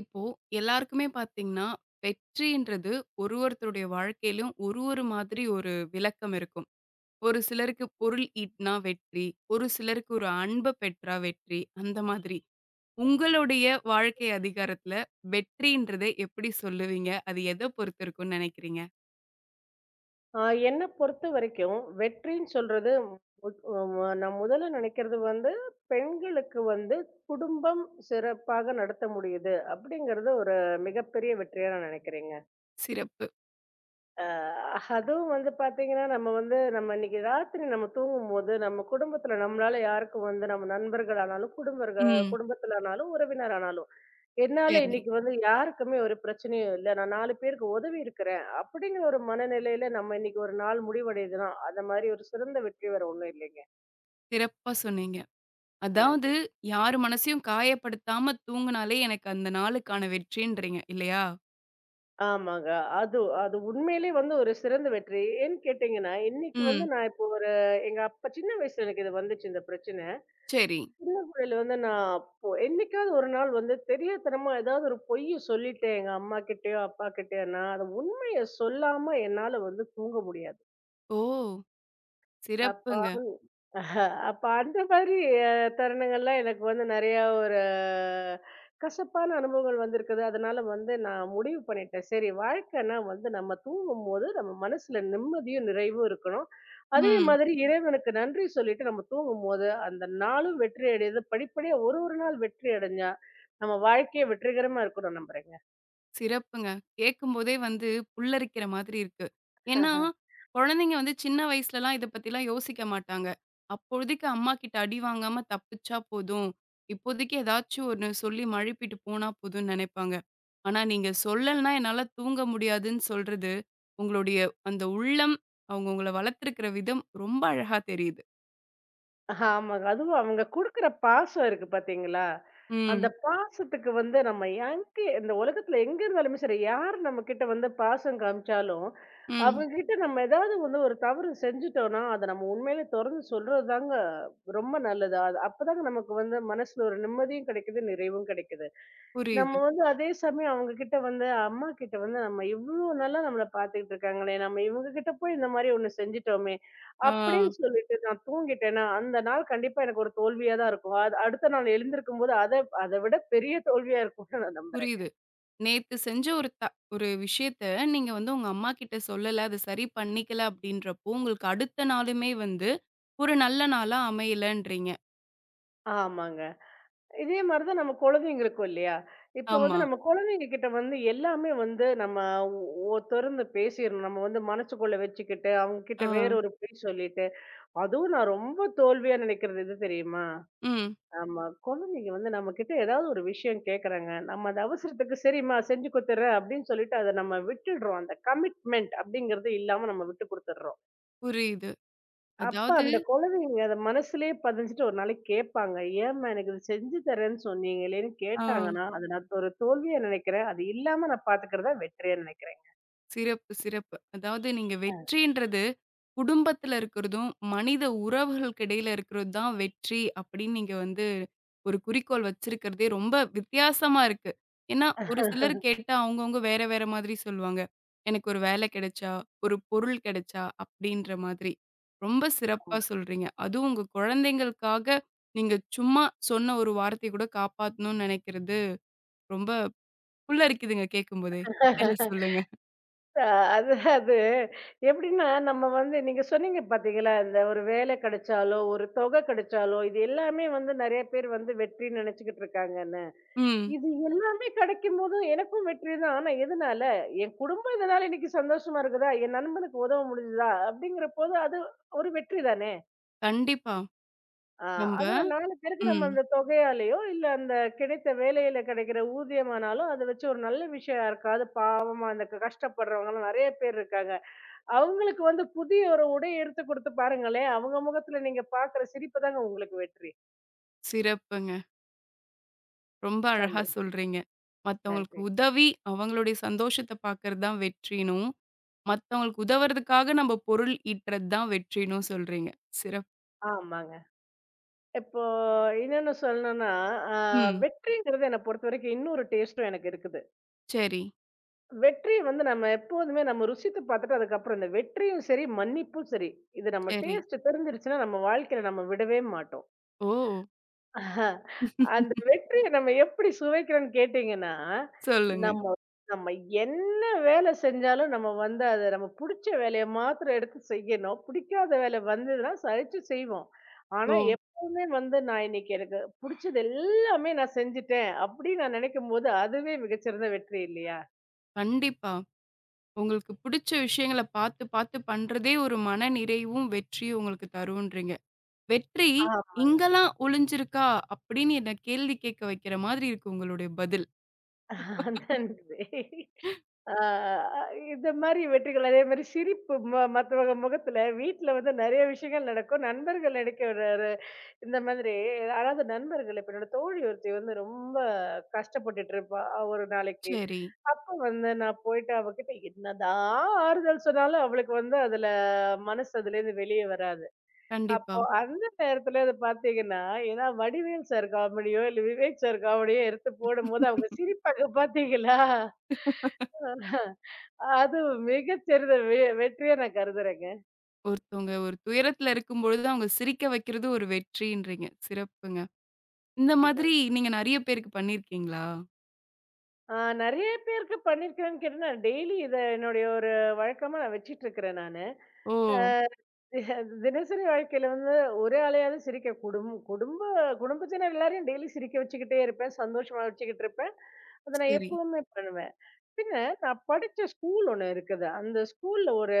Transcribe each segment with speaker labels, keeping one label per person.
Speaker 1: இப்போ எல்லாருக்குமே பார்த்தீங்கன்னா, வெற்றின்றது ஒருத்தருடைய வாழ்க்கையிலும் ஒரு ஒரு மாதிரி ஒரு விளக்கம் இருக்கும். ஒரு சிலருக்கு பொருள் ஈட்டினா வெற்றி, ஒரு சிலருக்கு ஒரு அன்ப பெற்றா வெற்றி, அந்த மாதிரி. உங்களுடைய வாழ்க்கை அதிகாரத்துல வெற்றின்றத எப்படி சொல்லுவீங்க? அது எத பொறுத்து இருக்கும்னு நினைக்கிறீங்க?
Speaker 2: ஆ என்ன பொறுத்தவரைக்கும், வெற்றின்னு சொல்றது முத் அ நான் முதல்ல நினைக்கிறது வந்து, பெண்களுக்கு வந்து குடும்பம் சிறப்பாக நடத்த முடியுது, அப்படிங்கிறது ஒரு மிகப்பெரிய வெற்றியா நான் நினைக்கிறேங்க.
Speaker 1: சிறப்பு.
Speaker 2: அ அதுவும் வந்து பார்த்தீங்கன்னா, நம்ம வந்து நம்ம இன்னைக்கு ராத்திரி நம்ம தூங்கும்போது, நம்ம குடும்பத்தில நம்மளால யாருக்கும் வந்து நம்ம நண்பர்களானாலும், குடும்பர்கள்
Speaker 1: ம்.
Speaker 2: குடும்பத்திலனாலும், உறவினரானாலும், "என்னால
Speaker 1: சரி.
Speaker 2: இன்னைக்கு வந்து யாருக்குமே ஒரு பிரச்சனையும் இல்ல. நான் 4 பேருக்கு உதவி இருக்கிறேன்." அப்படிங்கிற ஒரு மனநிலையில நம்ம இன்னைக்கு ஒரு நாள் முடிவடையுதுன்னா, அந்த மாரி ஒரு சிறந்த வெற்றி வேற ஒண்ணும் இல்லைங்க.
Speaker 1: சிறப்பா சொன்னீங்க. அதாவது
Speaker 2: நன்றி.
Speaker 1: யார் மனசையும் காயப்படுத்தாம தூங்குனாலே எனக்கு அந்த நாளுக்கான வெற்றின்றீங்க இல்லையா?
Speaker 2: ஆமாங்க. அது அது உண்மையிலேயே வந்து ஒரு சிறந்த வெற்றி. ஏன்னு கேட்டீங்கன்னா, இன்னைக்கு வந்து
Speaker 1: ம்.
Speaker 2: நான் இப்போ ஒரு எங்க அப்பா சின்ன வயசுல எனக்கு இது வந்துச்சு இந்த பிரச்சனை.
Speaker 1: சரி.
Speaker 2: இதுல வந்து நான் அப்போ என்னைக்காவது ஒரு நாள் வந்து தெரியாத்தனமா ஏதாவது ஒரு பொய்ய சொல்லிட்டேன் எங்க அம்மா கிட்டயோ, அப்பா கிட்டயோ. நான் அத உண்மைய சொல்லாம என்னால வந்து தூங்க முடியாது.
Speaker 1: ஓ!
Speaker 2: அப்ப
Speaker 1: சிறப்புங்க.
Speaker 2: அஹ. அப்ப அந்த மாதிரி அ தருணங்கள்லாம் எனக்கு வந்து நெறையா ஒரு கசப்பான அனுபவங்கள் வந்திருக்குது. அதனால வந்து நான் முடிவு பண்ணிட்டேன். சரி வாழ்க்கைன்னா வந்து நம்ம தூங்கும்போது நம்ம மனசுல நிம்மதியும், நிறைவும் இருக்கணும். அதே
Speaker 1: ம்.
Speaker 2: மாதிரி இறைவனுக்கு நன்றி சொல்லிட்டு நம்ம தூங்கும்போது, அந்த நாளும் வெற்றி அடையுது. படிப்படியா ஒரு ஒரு நாள் வெற்றி அடைஞ்சா, நம்ம வாழ்க்கையே வெற்றிகரமா இருக்கும்னு நான் நம்புறேங்க.
Speaker 1: சிறப்புங்க. கேட்கும்போதே வந்து புல்லரிக்கிற மாதிரி இருக்கு. ஏன்னா, குழந்தைங்க வந்து சின்ன வயசுலலாம் இத பத்திலாம் யோசிக்க மாட்டாங்க. அப்போதைக்கு அம்மா கிட்ட அடி வாங்காம தப்பிச்சா போதும். இப்போதைக்கு ஏதாச்சும் ஒண்ணு சொல்லி மழுப்பிட்டு போனா போதும்ன்னு நெனைப்பாங்க. ஆனா நீங்க சொல்லலன்னா என்னால தூங்க முடியாதுன்னு சொல்றது, உங்களுடைய அந்த உள்ளம், அவங்க உங்கள வளர்த்துருக்கிற விதம் ரொம்ப அழகா தெரியுது.
Speaker 2: ஆமாங்க. அதுவும் அவங்க குடுக்குற பாசம் இருக்கு பார்த்தீங்களா? அந்த
Speaker 1: ம்.
Speaker 2: பாசத்துக்கு வந்து நம்ம எங்க இந்த உலகத்துல எங்க இருந்தாலுமே சரி, யார் நம்மகிட்ட வந்து பாசம் காமிச்சாலும்,
Speaker 1: ம்.
Speaker 2: அவங்க கிட்ட நம்ம ஏதாவது வந்து ஒரு தவறு செஞ்சுட்டோம்னா, அத நம்ம உண்மையிலே தொறந்து சொல்றதுதாங்க ரொம்ப நல்லது. அது அப்பதாங்க நமக்கு வந்து மனசுல ஒரு நிம்மதியும் கிடைக்குது, நிறைவும் கிடைக்குது. நம்ம
Speaker 1: புரியுது.
Speaker 2: வந்து அதே சமயம் அவங்க கிட்ட வந்து அம்மா கிட்ட வந்து நம்ம இவ்ளோ நல்லா நம்மள பார்த்துக்கிட்டு இருக்காங்களே, நம்ம இவங்க கிட்ட போய் இந்த மாரி ஒண்ணு செஞ்சுட்டோமே!
Speaker 1: ஆ.
Speaker 2: அப்படின்னு சொல்லிட்டு நான் தூங்கிட்டேன்னா, அந்த நாள் கண்டிப்பா எனக்கு ஒரு தோல்வியா தான் இருக்கும். அது அடுத்த நாள் எழுந்திருக்கும்போது அத அத விட பெரிய தோல்வியா இருக்கும்னு நான் நம்புறேங்க.
Speaker 1: புரியுது. நேத்து செஞ்ச ஒரு விஷயத்த நீங்க வந்து உங்க அம்மாகிட்ட சொல்லல, அது சரி பண்ணிக்கல அப்படின்றப்போ, உங்களுக்கு அடுத்த நாளுமே வந்து ஒரு நல்ல நாளா அமையலன்றீங்க.
Speaker 2: ஆமாங்க. இதே மாரி தான் நம்ம குழந்தைங்களுக்கும் இல்லையா? இப்போ வந்து
Speaker 1: ஆமா.
Speaker 2: நம்ம குழந்தைங்க கிட்ட வந்து எல்லாமே வந்து நம்ம தொறந்து பேசிறணும். நம்ம வந்து மனசுக்குள்ள வச்சுக்கிட்டு, அவங்க கிட்ட
Speaker 1: ஆ.
Speaker 2: வேற ஒரு பொய் சொல்லிட்டு, அதுவும் நான் ரொம்ப தோல்வியா நினைக்கிறது எது தெரியுமா?
Speaker 1: ம்.
Speaker 2: ஆமா. குழந்தைங்க வந்து நம்மகிட்ட ஏதாவது ஒரு விஷயம் கேட்குறாங்க. நம்ம அந்த அவசரத்துக்கு சரிம்மா செஞ்சு குடுத்துடுறேன் அப்படின்னு சொல்லிட்டு அத நம்ம விட்டுடுறோம். அந்த கமிட்மெண்ட் அப்படிங்கிறது இல்லாம நம்ம விட்டு குடுத்துடுறோம்.
Speaker 1: புரியுது.
Speaker 2: அப்ப
Speaker 1: அதாவது
Speaker 2: அந்த குழந்தைங்க அத மனசுலயே பதிஞ்சுட்டு ஒரு நாளைக்கு கேட்பாங்க. ஏம்மா எனக்கு இது செஞ்சு தரேன்னு சொன்னீங்களேன்னு
Speaker 1: ஆ
Speaker 2: கேட்டாங்கன்னா, அத நான் ஒரு தோல்வியா நினைக்கிறேன். அது இல்லாம நான் பார்த்துக்கிறத வெற்றியா நினைக்கிறேங்க.
Speaker 1: சிறப்பு, சிறப்பு. அதாவது நீங்க வெற்றின்றது குடும்பத்துல இருக்கிறதும், மனித உறவுகளுக்கு இடையில இருக்கிறது தான் வெற்றி அப்படின்னு நீங்க வந்து ஒரு குறிக்கோள் வச்சிருக்கிறதே ரொம்ப வித்தியாசமா இருக்கு. ஏன்னா, ஒரு சிலர் கேட்டா அவங்கவங்க வேற வேற மாதிரி சொல்லுவாங்க. எனக்கு ஒரு வேலை கிடைச்சா, ஒரு பொருள் கிடைச்சா அப்படின்ற மாதிரி. ரொம்ப சிறப்பா சொல்றீங்க. அதுவும் உங்க குழந்தைங்களுக்காக நீங்க சும்மா சொன்ன ஒரு வார்த்தைய கூட காப்பாத்தணும்னு நினைக்கிறது ரொம்ப புல்லரிக்குதுங்க கேட்கும்போதே. மேல சொல்லுங்க.
Speaker 2: அ அது அது எப்படின்னா, நம்ம வந்து நீங்க சொன்னீங்க பார்த்தீங்களா, இந்த ஒரு வேலை கிடைச்சாலோ, ஒரு தொகை கிடைச்சாலோ, இது எல்லாமே வந்து நெறைய பேர் வந்து வெற்றின்னு நெனச்சுக்கிட்டு இருக்காங்கன்னு.
Speaker 1: ம்.
Speaker 2: இது எல்லாமே கிடைக்கும்போது எனக்கும் வெற்றி தான். ஆனா எதனால? என் குடும்பம் இதனால இன்னைக்கு சந்தோஷமா இருக்குதா? என் நண்பனுக்கு உதவ முடிஞ்சுதா? அப்படிங்கிறபோது அது ஒரு வெற்றி தானே!
Speaker 1: கண்டிப்பா.
Speaker 2: அ
Speaker 1: நம்ப
Speaker 2: அதுவும் 4 பேருக்கு நம்ம
Speaker 1: ம்.
Speaker 2: அந்த தொகையாலயோ, இல்ல அந்த கிடைத்த வேலையில கிடைக்கிற ஊதியமானாலும், அத வச்சு ஒரு நல்ல விஷயம் யாருக்காவது பாவமா அந்த கஷ்டப்படுறவங்கலாம் நெறைய பேர் இருக்காங்க. அவங்களுக்கு வந்து புதிய ஒரு உடை எடுத்து குடுத்து பாருங்களேன். அவங்க முகத்துல நீங்க பாக்குற சிரிப்பு தாங்க உங்களுக்கு வெற்றி.
Speaker 1: சிறப்புங்க. ரொம்ப அழகா
Speaker 2: சான்றது.
Speaker 1: சொல்றீங்க. மத்தவங்களுக்கு
Speaker 2: நன்றி.
Speaker 1: உதவி, அவங்களுடைய சந்தோஷத்த பார்க்கறது தான் வெற்றினும், மத்தவங்களுக்கு உதவுறதுக்காக நம்ம பொருள் ஈட்டுறது தான் வெற்றினும் சொல்றீங்க. சிறப்
Speaker 2: ஆமாங்க. இப்போ இன்னொன்னு சொல்லணும்னா, அ
Speaker 1: ம்.
Speaker 2: வெற்றிங்கிறது என்ன பொறுத்தவரைக்கும் இன்னொரு டேஸ்டும் எனக்கு இருக்குது.
Speaker 1: சரி,
Speaker 2: வெற்றி வந்து நம்ம எப்போதுமே நம்ம ருசித்து பாத்துட்டு அதுக்கப்புறம் இந்த வெற்றியும் சரி, மன்னிப்பும் சரி. இது நம்ம
Speaker 1: சரி.
Speaker 2: டேஸ்ட் தெரிஞ்சிருச்சுன்னா நம்ம வாழ்க்கையில நம்ம விடவே மாட்டோம்.
Speaker 1: ஓ!
Speaker 2: ஆஹா. அந்த வெற்றிய நம்ம எப்படி சுவைக்கிறோம்னு கேட்டீங்கன்னா,
Speaker 1: சொல்லுங்க.
Speaker 2: நம்ம நம்ம என்ன வேலை செஞ்சாலும் நம்ம வந்து அத நம்ம புடிச்ச வேலைய மாத்திரம் எடுத்து செய்யணும். பிடிக்காத வேலை வந்ததுன்னா சலிச்சு செய்வோம். ஆனா
Speaker 1: ஓ!
Speaker 2: எப்பவுமே வந்து நான் இன்னைக்கு எனக்கு புடிச்சது எல்லாமே நான் செஞ்சுட்டேன் அப்படின்னு நான் நினைக்கும்போது அதுவே மிகச்சிறந்த வெற்றி இல்லையா?
Speaker 1: கண்டிப்பா. உங்களுக்கு புடிச்ச விஷயங்கள பார்த்து, பார்த்து பண்றதே ஒரு மனநிறைவும், வெற்றியும் உங்களுக்கு தருன்றீங்க. "வெற்றி
Speaker 2: ஆமா,
Speaker 1: இங்கலாம் ஒளிஞ்சிருக்கா?" அப்படின்னு என்ன கேள்வி கேட்க வைக்கிற மாதிரி இருக்கு உங்களுடைய பதில்.
Speaker 2: நன்றி. ஆ இந்த மாரி வெற்றிகள், அதே மாரி சிரிப்பு மத்தவங்க முகத்துல வீட்ல வந்து நெறைய விஷயங்கள் நடக்கும். நண்பர்கள் நெனைக்க ஒரு ஒரு இந்த மாதிரி அதாவது நண்பர்கள் இப்ப என்னோட தோழி ஒருத்தி வந்து ரொம்ப கஷ்டப்பட்டுட்டுருப்பா, ஒரு நாளைக்கு.
Speaker 1: சரி.
Speaker 2: அப்ப வந்து நான் போயிட்டு அவகிட்ட என்னதான் ஆறுதல் சொன்னாலும், அவளுக்கு வந்து அதுல மனசு அதுலேருந்து வெளிய வராது.
Speaker 1: கண்டிப்பா.
Speaker 2: அப்போ அந்த நேரத்துல இத பார்த்தீங்கன்னா, ஏன்னா வடிவேல் சார் காமெடியோ, இல்ல விவேக் சார் காமெடியோ எடுத்து போடும்போது அவங்க சிரிப்பாங்க பார்த்தீங்களா? அது மிகச்சிறந்த வெற்றியா நான் கருதுறேங்க.
Speaker 1: ஒருத்தவங்க ஒரு துயரத்துல இருக்கும்பொழுது அவங்க சிரிக்க வைக்கிறது ஒரு வெற்றின்றீங்க. சிறப்புங்க. இந்த
Speaker 2: நன்
Speaker 1: மாதிரி நீங்க நெறைய பேருக்கு பண்ணியிருக்கீங்களா?
Speaker 2: ஆ நெறைய பேருக்கு பண்ணியிருக்கிறேன்னு கேட்டீங்கன்னா, டெய்லி இத என்னுடைய ஒரு வழக்கமா நான் வச்சுட்டு இருக்கிறேன் நானு.
Speaker 1: ஓ!
Speaker 2: அ தினசரி வாழ்க்கையில வந்து ஒரே ஆளையாவது சிரிக்க குடும்பத்தினர் எல்லாரையும் டெய்லி சிரிக்க வச்சுக்கிட்டே இருப்பேன். சந்தோஷமா வச்சுக்கிட்டு இருப்பேன். அத நான்
Speaker 1: சரி,
Speaker 2: எப்பவுமே பண்ணுவேன். பின்ன நான் படிச்ச ஸ்கூல் ஒண்ணு இருக்குது. அந்த ஸ்கூல்ல ஒரு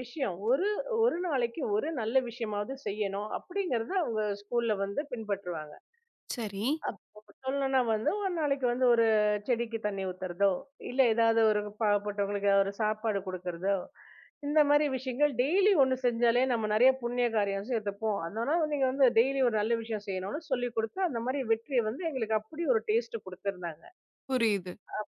Speaker 2: விஷயம், ஒரு ஒரு நாளைக்கு ஒரு நல்ல விஷயமாவது செய்யணும் அப்படிங்கிறத அவங்க ஸ்கூல்ல வந்து பின்பற்றுவாங்க.
Speaker 1: சரி.
Speaker 2: அப்ப சொல்லணும்னா வந்து ஒரு நாளைக்கு வந்து ஒரு செடிக்கு தண்ணி ஊத்துறதோ, இல்ல ஏதாவது ஒரு பாவப்பட்டவங்களுக்கு ஏதாவது ஒரு சாப்பாடு குடுக்குறதோ, இந்த மாரி விஷயங்கள் டெய்லி ஒண்ணு செஞ்சாலே நம்ம நெறைய புண்ணிய காரியம் சேர்த்துப்போம். அதனால நீங்க வந்து டெய்லி ஒரு நல்ல விஷயம் செய்யணும்னு சொல்லிக் குடுத்து, அந்த மாரி வெற்றிய வந்து எங்களுக்கு அப்படி ஒரு டேஸ்ட் குடுத்திருந்தாங்க.
Speaker 1: புரியுது.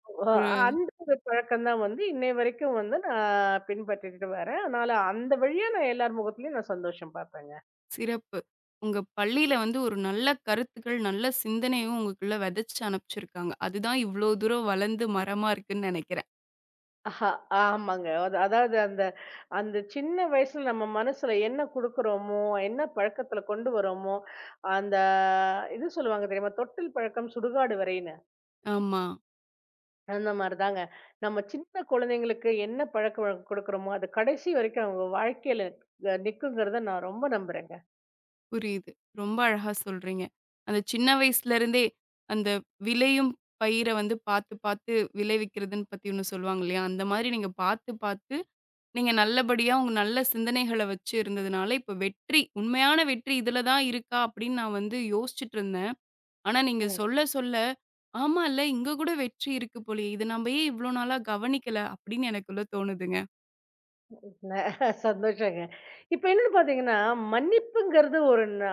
Speaker 2: ஓ!
Speaker 1: ஒரு
Speaker 2: அந்த ஒரு பழக்கம் தான் வந்து இன்னை வரைக்கும் வந்து நான் பின்பற்றிட்டு வரேன். அதனால அந்த வழியா நான் எல்லார் முகத்துலயும் நான் சந்தோஷம் பார்ப்பேங்க.
Speaker 1: சிறப்பு. உங்க பள்ளியில வந்து ஒரு நல்ல கருத்துக்கள், நல்ல சிந்தனையும் உங்களுக்குள்ள விதைச்சு அனுப்பிச்சிருக்காங்க. அதுதான் இவ்ளோ தூரம் வளர்ந்து மரமா இருக்குன்னு நெனைக்கிறேன்.
Speaker 2: ஆஹா, ஆமாங்க. அது அதாவது அந்த அந்த சின்ன வயசுல நம்ம மனசுல என்ன குடுக்குறோமோ, என்ன பழக்கத்துல கொண்டு வரோமோ, அந்த இது சொல்லுவாங்க தெரியுமா? தொட்டில் பழக்கம் சுடுகாடு வரைன்னு.
Speaker 1: ஆமா.
Speaker 2: அந்த மாரி தாங்க. நம்ம சின்ன குழந்தைங்களுக்கு என்ன பழக்கவழக்கம் குடுக்குறோமோ, அது கடைசி வரைக்கும் அவங்க வாழ்க்கையில நிக்குங்கிறத நான் ரொம்ப நம்புறேங்க.
Speaker 1: புரியுது. ரொம்ப அழகா சொல்றீங்க. அந்த சின்ன வயசுலருந்தே, அந்த விளையும் பயிர வந்து பாத்து பாத்து விளைவிக்கிறதுன்னு பத்தி ஒண்ணு சொல்லுவாங்க இல்லையா? அந்த மாரி நீங்க பாத்து பாத்து, நீங்க நல்லபடியா உங்க நல்ல சிந்தனைகள வச்சு இருந்ததுனால, இப்ப வெற்றி, உண்மையான வெற்றி இதுல தான் இருக்கா? அப்படின்னு நான் வந்து யோசிச்சுட்டுருந்தேன். ஆனா நீங்க சொல்ல சொல்ல, ஆமால்ல இங்க கூட வெற்றி இருக்கு போலயே! இத நம்ப ஏன் இவ்ளோ நாளா கவனிக்கல? அப்படின்னு எனக்குள்ள தோணுதுங்க.
Speaker 2: ந சந்தோஷங்க. இப்ப என்னன்னு பார்த்தீங்கன்னா, மன்னிப்புங்கிறது ஒரு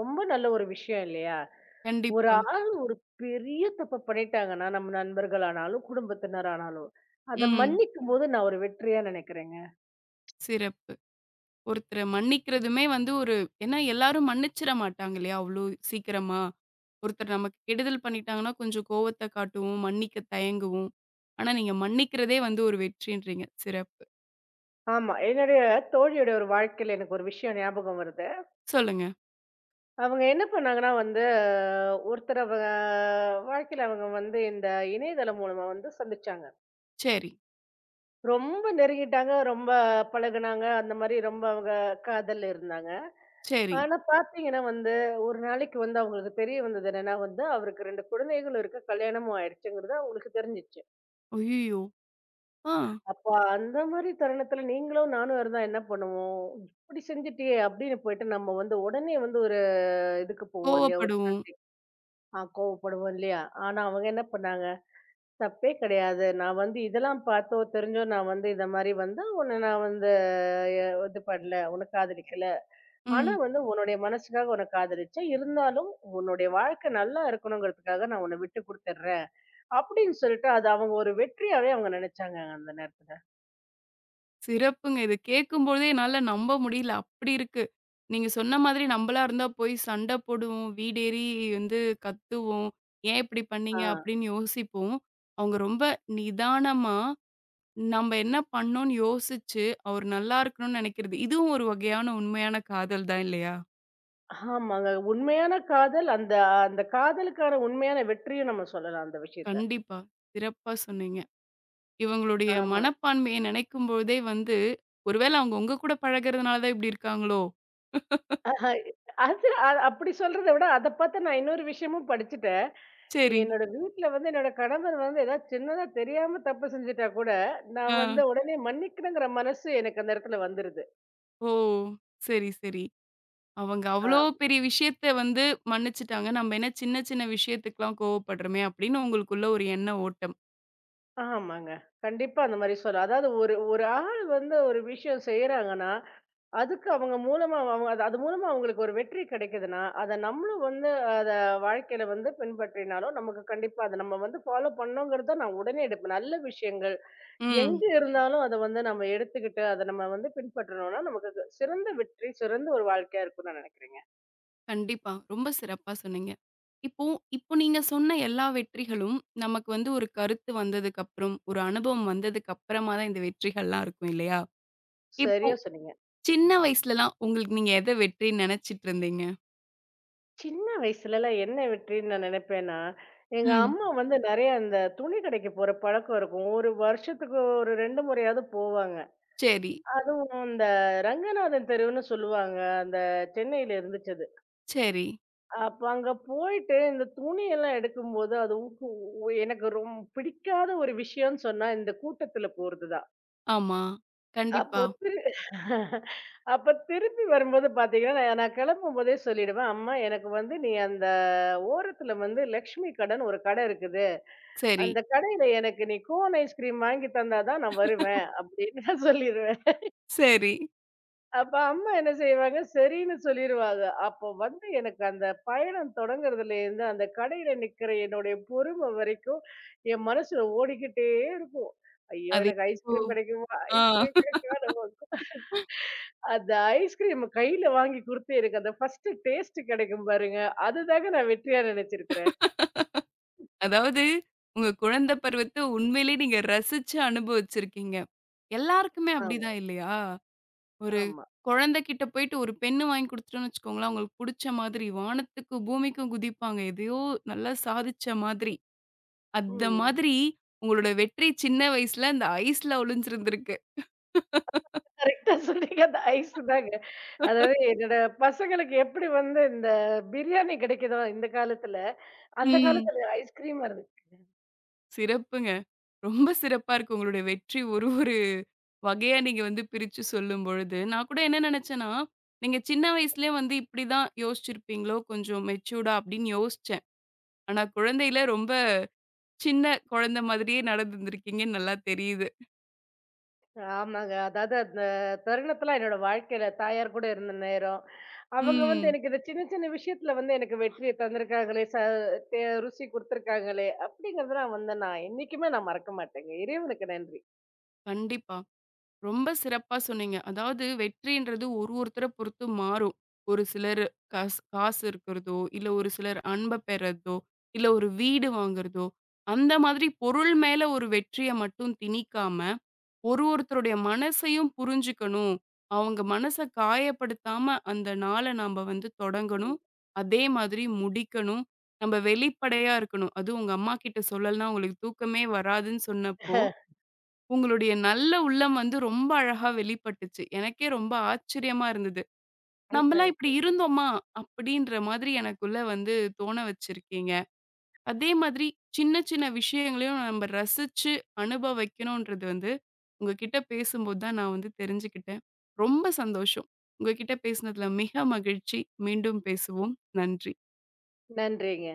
Speaker 2: ரொம்ப நல்ல ஒரு விஷயம் இல்லையா? ஒரு
Speaker 1: கண்டிப்பா.
Speaker 2: ஆள் ஒரு பெரிய தப்ப பண்ணிட்டாங்கன்னா, நம்ம நண்பர்களானாலும், குடும்பத்தினரானாலும், அத
Speaker 1: ம்.
Speaker 2: மன்னிக்கும்போது நான் ஒரு வெற்றியா நெனைக்கிறேங்க.
Speaker 1: சிறப்பு. ஒருத்தர மன்னிக்கிறதுமே வந்து ஒரு ஏன்னா எல்லாரும் மன்னிச்சிட மாட்டாங்க இல்லையா? அவ்ளோ சீக்கிரமா. ஒருத்தர் நமக்கு கெடுதல் பண்ணிட்டாங்கன்னா, கொஞ்சம் கோவத்த காட்டுவோம், மன்னிக்க தயங்குவோம். ஆனா நீங்க மன்னிக்கிறதே வந்து ஒரு வெற்றின்றீங்க. சிறப்பு.
Speaker 2: ஆமா. என்னுடைய தோழியோட ஒரு வாழ்க்கையில எனக்கு ஒரு விஷயம் ஞாபகம் வருது.
Speaker 1: சொல்லுங்க.
Speaker 2: அவங்க என்ன பண்ணாங்கன்னா வந்து, ஒருத்தர் அவங்க வாழ்க்கையில அவங்க வந்து இந்த இணையதளம் மூலமா வந்து சந்திச்சாங்க.
Speaker 1: சரி,
Speaker 2: ரொம்ப நெருங்கிட்டாங்க, ரொம்ப பழகுனாங்க. அந்த மாரி ரொம்ப அவங்க காதல்ல இருந்தாங்க.
Speaker 1: சரி.
Speaker 2: ஆனா பாத்தீங்கன்னா வந்து, ஒரு நாளைக்கு வந்து அவங்களுக்கு தெரிய வந்தது என்னன்னா வந்து, அவருக்கு 2 குழந்தைகளும் இருக்கு. கல்யாணமும் ஆயிடுச்சுங்கிறது அவங்களுக்கு தெரிஞ்சுச்சு.
Speaker 1: அய்யய்யோ! ஆ.
Speaker 2: அப்ப அந்த மாரி தருணத்துல நீங்களும் நானும் இருந்தா என்ன பண்ணுவோம்? "இப்படி செஞ்சுட்டியே!" அப்படின்னு போயிட்டு நம்ம வந்து உடனே வந்து ஒரு இதுக்கு போவோம் இல்லையா? ஒரு
Speaker 1: கோவப்படுவோம்.
Speaker 2: சண்டைக்கு. ஆ கோவப்படுவோம் இல்லையா? ஆனா அவங்க என்ன பண்ணாங்க, "தப்பே கிடையாது. நான் வந்து இதெல்லாம் பார்த்தோ, தெரிஞ்சோ நான் வந்து இத மாரி வந்து உன்ன நான் வந்து இது பண்ணல. உன்ன காதலிக்கல." ஆனா
Speaker 1: ம்.
Speaker 2: வந்து உன்னுடைய மனசுக்காக உன்ன காதலிச்சேன். இருந்தாலும் உன்னுடைய வாழ்க்கை நல்லா இருக்கணுங்கிறதுக்காக நான் உன்ன விட்டு குடுத்துடுறேன்." அப்படின்னு சொல்லிட்டு அது அவங்க ஒரு வெற்றியாவே அவங்க நெனச்சாங்க அந்த நேரத்துல.
Speaker 1: சிறப்புங்க. இத கேட்கும்பொழுதே என்னால நம்ப முடியல. அப்படி இருக்கு. நீங்க சொன்ன மாதிரி நம்பளா இருந்தா போய் சண்ட போடுவோம். வீடேறி வந்து கத்துவோம். "ஏன் இப்படி
Speaker 2: ஆ.
Speaker 1: பண்ணீங்க?" அப்படின்னு யோசிப்போம். அவங்க ரொம்ப நிதானமா, நம்ப என்ன பண்ணோம்னு யோசிச்சு, அவர் நல்லா இருக்கணும்னு நெனைக்கிறது. இதுவும் ஒரு வகையான உண்மையான காதல் தான் இல்லையா?
Speaker 2: ஆமாங்க. உண்மையான காதல் அந்த அந்த காதலுக்கான உண்மையான வெற்றியும் நம்ம சொல்லலாம் அந்த விஷயத்த.
Speaker 1: கண்டிப்பா. சிறப்பா சொன்னீங்க. இவங்களுடைய
Speaker 2: ஆமா.
Speaker 1: மனப்பான்மைய நெனைக்கும்பொழுதே வந்து, ஒருவேள அவங்க உங்க கூட பழகுறதுனால தான் இப்படி இருக்காங்களோ?
Speaker 2: ஆஹா. அது அப்படி சொல்றத விட அத பாத்து நான் இன்னொரு விஷயமும் படிச்சுட்டேன்.
Speaker 1: சரி.
Speaker 2: என்னோட வீட்ல வந்து என்னோட கணவர் வந்து ஏதாவது சின்னதா தெரியாம தப்பு செஞ்சுட்டா கூட, நான்
Speaker 1: ஆ.
Speaker 2: வந்து உடனே மன்னிக்கணுங்கிற மனசு எனக்கு அந்த இடத்துல வந்துருது.
Speaker 1: ஓ! சரி, சரி. அவங்க அவ்ளோ
Speaker 2: ஆ.
Speaker 1: பெரிய விஷயத்த வந்து மன்னிச்சுட்டாங்க. நம்ம என்ன சின்ன சின்ன விஷயத்துக்குலாம் கோவப்படுறோமே! அப்படின்னு உங்களுக்குள்ள ஒரு எண்ண ஓட்டம்.
Speaker 2: ஆமாங்க. கண்டிப்பா அந்த மாரி சொல்லலாம். அதாவது ஒரு ஒரு ஆள் வந்து ஒரு விஷயம் செய்றாங்கன்னா, அதுக்கு அவங்க மூலமா அவங்க அது அது மூலமா அவங்களுக்கு ஒரு வெற்றி கிடைக்குதுன்னா, அத நம்மளும் வந்து அத வாழ்க்கையில வந்து பின்பற்றினாலும், நமக்கு கண்டிப்பா அத நம்ம வந்து ஃபாலோ பண்ணோங்கிறத நான் உடனே எடுப்பேன். நல்ல விஷயங்கள்
Speaker 1: ம்.
Speaker 2: எங்க இருந்தாலும் அத வந்து நம்ம எடுத்துக்கிட்டு, அத நம்ம வந்து பின்பற்றணும்னா, நமக்கு அது சிறந்த வெற்றி, சிறந்த ஒரு வாழ்க்கையா இருக்கும்னு நான் நினைக்கிறேங்க.
Speaker 1: கண்டிப்பா. ரொம்ப சிறப்பா சொன்னீங்க. இப்போ இப்போ நீங்க சொன்ன எல்லா வெற்றிகளும் நமக்கு வந்து ஒரு கருத்து வந்ததுக்கப்புறம், ஒரு அனுபவம் வந்ததுக்கப்புறமா தான் இந்த வெற்றிகள்லாம் இருக்கும் இல்லையா? இப்போ
Speaker 2: சரியா சொன்னீங்க.
Speaker 1: சின்ன வயசுலலாம் உங்களுக்கு நீங்க எத வெற்றின்னு நெனச்சிட்டு இருந்தீங்க?
Speaker 2: சின்ன வயசுலலாம் என்ன வெற்றின்னு நான் நினைப்பேன்னா, எங்க
Speaker 1: ம்.
Speaker 2: அம்மா வந்து நெறைய அந்த துணி கடைக்கு போற பழக்கம் இருக்கும். ஒரு வருஷத்துக்கு ஒரு 2 முறையாவது போவாங்க.
Speaker 1: சரி,
Speaker 2: அதுவும் இந்த ரங்கநாதன் தெருவுன்னு சொல்லுவாங்க. அந்த சென்னையில இருந்துச்சு அது.
Speaker 1: சரி.
Speaker 2: அப்ப அங்க போயிட்டு இந்த துணியெல்லாம் எடுக்கும்போது, அது எனக்கு ரொம்ப பிடிக்காத ஒரு விஷயம்னு சொன்னா இந்த கூட்டத்துல போறது தான்.
Speaker 1: ஆமா.
Speaker 2: அப்போ
Speaker 1: கண்டிப்பா.
Speaker 2: திரு அப்ப திருப்பி வரும்போது பாத்தீங்கன்னா, நான் நான் கிளம்பும்போதே சொல்லிடுவேன், "அம்மா எனக்கு வந்து நீ அந்த ஓரத்துல வந்து லக்ஷ்மி கடன்னு ஒரு கடை இருக்குது.
Speaker 1: சரி,
Speaker 2: அந்த கடையில எனக்கு நீ கோன் ஐஸ்கிரீம் வாங்கி தந்தா தான் நான் வருவேன்." அப்படின்னு நான் சொல்லிருவேன்.
Speaker 1: சரி.
Speaker 2: அப்ப அம்மா என்ன செய்வாங்க, சரின்னு சொல்லிருவாங்க. அப்போ வந்து எனக்கு அந்த பயணம் தொடங்குறதுலேருந்து, அந்த கடையில நிக்கிற என்னுடைய பொறுமை வரைக்கும், என் மனசுல ஓடிக்கிட்டே இருக்கும். ஐயோ!
Speaker 1: அது
Speaker 2: எனக்கு
Speaker 1: ஓ!
Speaker 2: ஐஸ்கிரீம் கிடைக்குமா?
Speaker 1: ஆ.
Speaker 2: ஐஸ்கிரீம் கிடைக்குமா? அந்த ஐஸ்கிரீம் கையில வாங்கி குடுத்து எனக்கு அந்த ஃபர்ஸ்ட்டு டேஸ்ட்டு கிடைக்கும் பாருங்க. அதுதாங்க நான் வெற்றியா நெனச்சிருக்கிறேன்.
Speaker 1: அதாவது, உங்க குழந்த பருவத்த உண்மையிலேயே நீங்க ரசிச்சு அனுபவிச்சிருக்கீங்க. எல்லாருக்குமே
Speaker 2: ஆமா.
Speaker 1: அப்படிதான் இல்லையா? ஒரு
Speaker 2: ஆமா.
Speaker 1: குழந்தைகிட்ட போயிட்டு ஒரு பென்னு வாங்கி குடுத்துட்டோம்னு வச்சுக்கோங்களேன், அவங்களுக்கு புடிச்ச மாதிரி வானத்துக்கும், பூமிக்கும் குதிப்பாங்க. எதையோ நல்லா சாதிச்ச மாதிரி. அந்த
Speaker 2: ம்.
Speaker 1: மாதிரி உங்களோட வெற்றி சின்ன வயசுல அந்த ஐஸ்ல ஒளிஞ்சிருந்திருக்கு.
Speaker 2: கரெக்ட்டா சொன்னீங்க. அந்த ஐஸு தாங்க. அதாவது என்னோட பசங்களுக்கு எப்படி வந்து இந்த பிரியாணி கிடைக்குதோ இந்த காலத்துல, அந்த
Speaker 1: ம்.
Speaker 2: காலத்துல ஐஸ்கிரீம்
Speaker 1: சிறப்புங்க. ரொம்ப சிறப்பா இருக்கு உங்களுடைய வெற்றி ஒரு ஒரு வகையா நீங்க வந்து பிரிச்சு சொல்லும்பொழுது, நான் கூட என்ன நெனச்சேன்னா, நீங்க சின்ன வயசுலயே வந்து இப்படிதான் யோசிச்சிருப்பீங்களோ, கொஞ்சம் மெச்சூர்டா அப்படின்னு யோசிச்சேன். ஆனா குழந்தையில ரொம்ப சின்ன குழந்தை மாதிரியே நடந்துருந்துருக்கீங்கன்னு நல்லா தெரியுது.
Speaker 2: ஆமாங்க. அதாவது அந்த தருணத்தலாம் என்னோட வாழ்க்கையில தாயார் கூட இருந்த நேரம். அவங்க வந்து
Speaker 1: ம்.
Speaker 2: எனக்கு இந்த சின்ன சின்ன விஷயத்துல வந்து எனக்கு வெற்றிய தந்திருக்காங்களே, ச தே ருசி குடுத்துருக்காங்களே, அப்படிங்கிறதெல்லாம் வந்து நான் என்னைக்குமே நான் மறக்க மாட்டேங்க. இறைவனுக்கு நன்றி.
Speaker 1: கண்டிப்பா. ரொம்ப சிறப்பா சொன்னீங்க. அதாவது வெற்றின்றது ஒருத்தர பொறுத்து மாறும். ஒரு சிலர் காசு காசு இருக்கிறதோ, இல்ல ஒரு சிலர் அன்ப பெறதோ, இல்ல ஒரு வீடு வாங்குறதோ, அந்த மாதிரி பொருள் மேல ஒரு வெற்றிய மட்டும் திணிக்காம ஒருத்தருடைய மனசையும் புரிஞ்சுக்கணும். அவங்க மனச காயப்படுத்தாம அந்த நாள நம்ப வந்து
Speaker 2: ம்.
Speaker 1: தொடங்கணும். அதே மாதிரி முடிக்கணும். நம்ப வெளிப்படையா இருக்கணும். அதுவும் உங்க அம்மாகிட்ட சொல்லலன்னா உங்களுக்கு தூக்கமே வராதுன்னு சொன்னப்போ, உங்களுடைய நல்ல உள்ளம் வந்து ரொம்ப அழகா வெளிப்பட்டுச்சு. எனக்கே ரொம்ப ஆச்சரியமா இருந்தது. "நம்பலாம் இப்படி இருந்தோமா?" அப்படின்ற மாதிரி எனக்குள்ள வந்து தோண வச்சிருக்கீங்க. அதே மாதிரி சின்ன சின்ன விஷயங்களையும் நம்ம ரசிச்சு அனுபவிக்கணுன்றது வந்து உங்ககிட்ட பேசும்போது தான் நான் வந்து தெரிஞ்சுக்கிட்டேன். ரொம்ப சந்தோஷம். உங்ககிட்ட பேசினதுல மிக மகிழ்ச்சி. மீண்டும் பேசுவோம். நன்றி.
Speaker 2: நன்றிங்க.